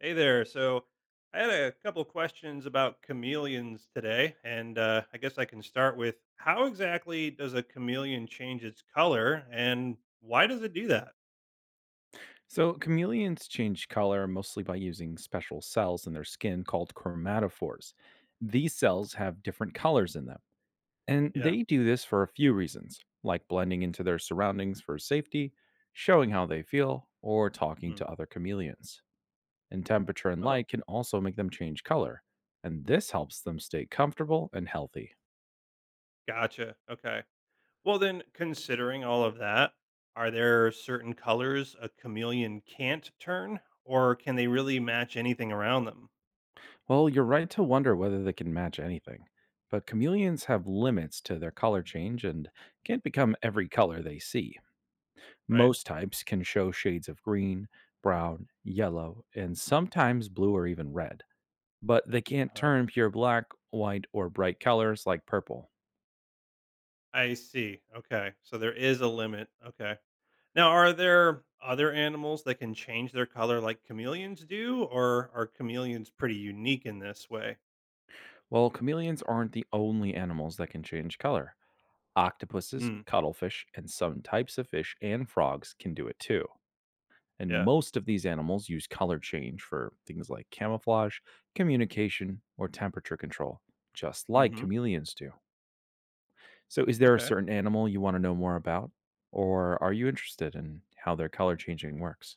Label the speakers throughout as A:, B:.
A: Hey there. So I had a couple questions about chameleons today, and I guess I can start with how exactly does a chameleon change its color, and why does it do that?
B: So, chameleons change color mostly by using special cells in their skin called chromatophores. These cells have different colors in them, and
A: Yeah.
B: they do this for a few reasons, like blending into their surroundings for safety, showing how they feel, or talking
A: Mm.
B: to other chameleons. And temperature and
A: Oh,
B: light can also make them change color, and this helps them stay comfortable and healthy.
A: gotcha. Okay. Well, then, considering all of that, are there certain colors a chameleon can't turn, or can they really match anything around them?
B: Well, you're right to wonder whether they can match anything, but chameleons have limits to their color change and can't become every color they see.
A: Right.
B: Most types can show shades of green, brown, yellow, and sometimes blue or even red, but they can't
A: Uh-huh.
B: turn pure black, white, or bright colors like purple.
A: I see. Okay. So there is a limit. Okay. Now, are there other animals that can change their color like chameleons do, or are chameleons pretty unique in this way?
B: Well, chameleons aren't the only animals that can change color. Octopuses,
A: Mm,
B: cuttlefish, and some types of fish and frogs can do it too. And
A: yeah.
B: most of these animals use color change for things like camouflage, communication, or temperature control, just like
A: Hmm.
B: chameleons do. So, is there a
A: Okay.
B: certain animal you want to know more about, or are you interested in how their color changing works?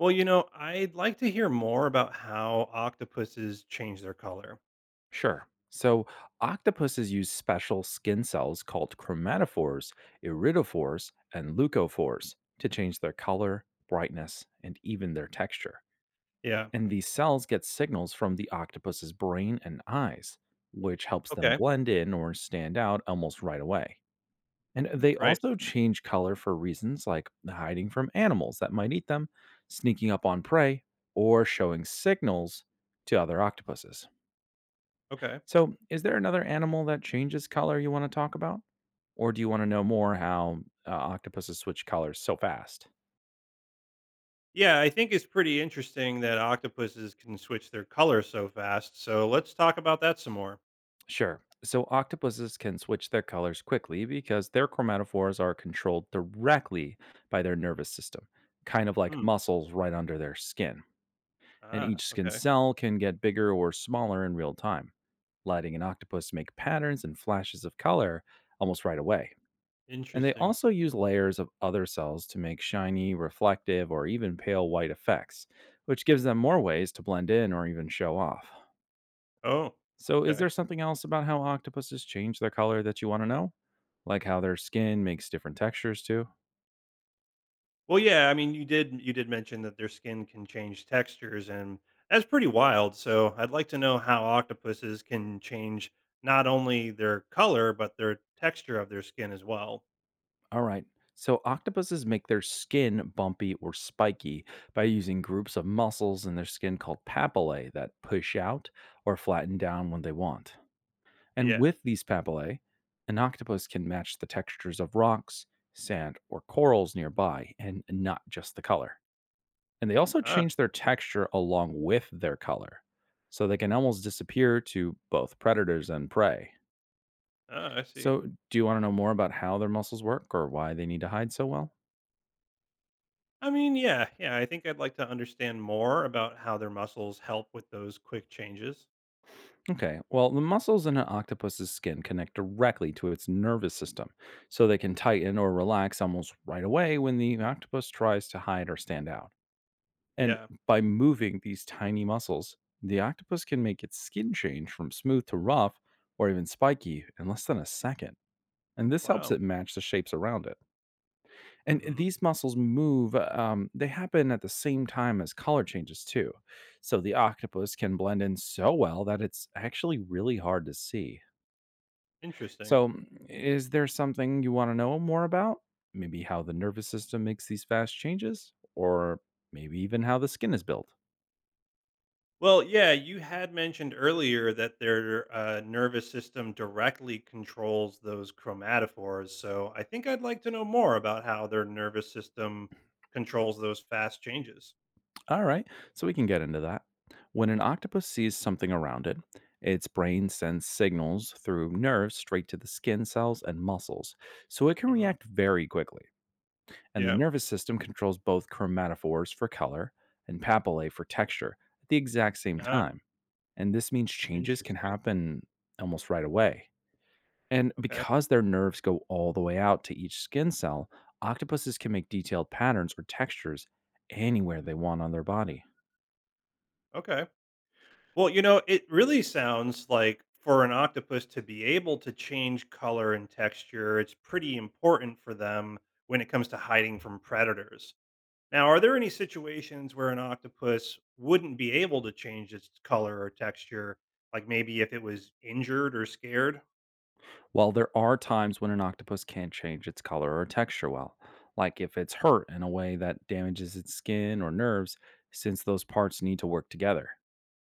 A: Well, you know, I'd like to hear more about how octopuses change their color.
B: Sure. So, octopuses use special skin cells called chromatophores, iridophores, and leucophores to change their color, brightness, and even their texture.
A: Yeah.
B: And these cells get signals from the octopus's brain and eyes, which helps them
A: Okay.
B: blend in or stand out almost right away. And they
A: Right.
B: also change color for reasons like hiding from animals that might eat them, sneaking up on prey, or showing signals to other octopuses.
A: Okay.
B: So, is there another animal that changes color you want to talk about? Or do you want to know more how octopuses switch colors so fast?
A: Yeah, I think it's pretty interesting that octopuses can switch their color so fast. So let's talk about that some more.
B: Sure. So, octopuses can switch their colors quickly because their chromatophores are controlled directly by their nervous system, kind of like
A: Hmm.
B: muscles right under their skin. And
A: Ah,
B: each skin
A: okay.
B: cell can get bigger or smaller in real time, letting an octopus make patterns and flashes of color almost right away. And they
A: Interesting.
B: also use layers of other cells to make shiny, reflective, or even pale white effects, which gives them more ways to blend in or even show off.
A: Oh,
B: So, is
A: okay.
B: there something else about how octopuses change their color that you want to know? Like how their skin makes different textures too?
A: Well, yeah, I mean, you did mention that their skin can change textures, and that's pretty wild. So I'd like to know how octopuses can change not only their color but their texture of their skin as well.
B: All right. So octopuses make their skin bumpy or spiky by using groups of muscles in their skin called papillae that push out or flatten down when they want. And
A: Yeah.
B: with these papillae, an octopus can match the textures of rocks, sand, or corals nearby and not just the color. And they also
A: Ah,
B: change their texture along with their color. So they can almost disappear to both predators and prey.
A: ah, I see.
B: So, do you want to know more about how their muscles work or why they need to hide so well?
A: I mean, yeah, yeah. I think I'd like to understand more about how their muscles help with those quick changes.
B: Okay. Well, the muscles in an octopus's skin connect directly to its nervous system, so they can tighten or relax almost right away when the octopus tries to hide or stand out. And
A: Yeah.
B: by moving these tiny muscles, the octopus can make its skin change from smooth to rough or even spiky in less than a second. And this helps
A: Wow.
B: it match the shapes around it. And
A: Hmm.
B: these muscles move, they happen at the same time as color changes, too. So the octopus can blend in so well that it's actually really hard to see.
A: Interesting.
B: So, is there something you want to know more about? Maybe how the nervous system makes these fast changes, or maybe even how the skin is built.
A: Well, yeah, you had mentioned earlier that their nervous system directly controls those chromatophores. So I think I'd like to know more about how their nervous system controls those fast changes.
B: All right, so we can get into that. When an octopus sees something around it, its brain sends signals through nerves straight to the skin cells and muscles, so it can
A: Hmm.
B: react very quickly. And the
A: Yeah.
B: nervous system controls both chromatophores for color and papillae for texture at the exact same
A: Ah,
B: time. And this means changes can
A: interesting.
B: happen almost right away. And
A: Okay.
B: because their nerves go all the way out to each skin cell, octopuses can make detailed patterns or textures anywhere they want on their body.
A: Okay. Well, you know, it really sounds like for an octopus to be able to change color and texture, it's pretty important for them when it comes to hiding from predators. Now, are there any situations where an octopus wouldn't be able to change its color or texture, like maybe if it was injured or scared?
B: While there are times when an octopus can't change its color or texture well, like if it's hurt in a way that damages its skin or nerves, since those parts need to work together.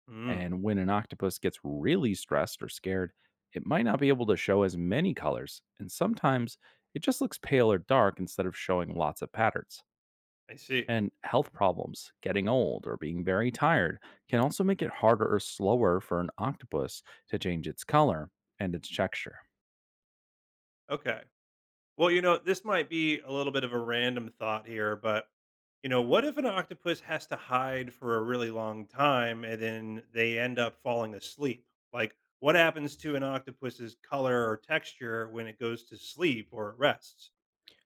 A: Mm,
B: And when an octopus gets really stressed or scared, it might not be able to show as many colors, and sometimes it just looks pale or dark instead of showing lots of patterns.
A: I see.
B: And health problems, getting old, or being very tired can also make it harder or slower for an octopus to change its color and its texture.
A: Okay. Well, you know, this might be a little bit of a random thought here, but you know, what if an octopus has to hide for a really long time and then they end up falling asleep? Like, what happens to an octopus's color or texture when it goes to sleep or it rests?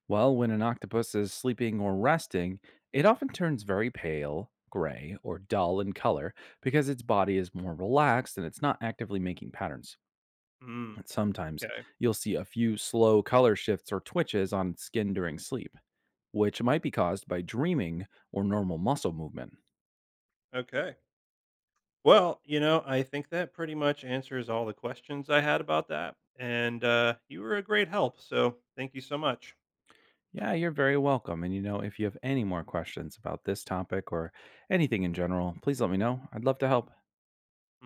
B: Well, when an octopus is sleeping or resting, it often turns very pale, gray, or dull in color because its body is more relaxed and it's not actively making patterns.
A: Mm,
B: And sometimes
A: okay.
B: you'll see a few slow color shifts or twitches on its skin during sleep, which might be caused by dreaming or normal muscle movement.
A: Okay. Well, you know, I think that pretty much answers all the questions I had about that. And you were a great help. So thank you so much.
B: Yeah, you're very welcome. And you know, if you have any more questions about this topic or anything in general, please let me know. I'd love to help.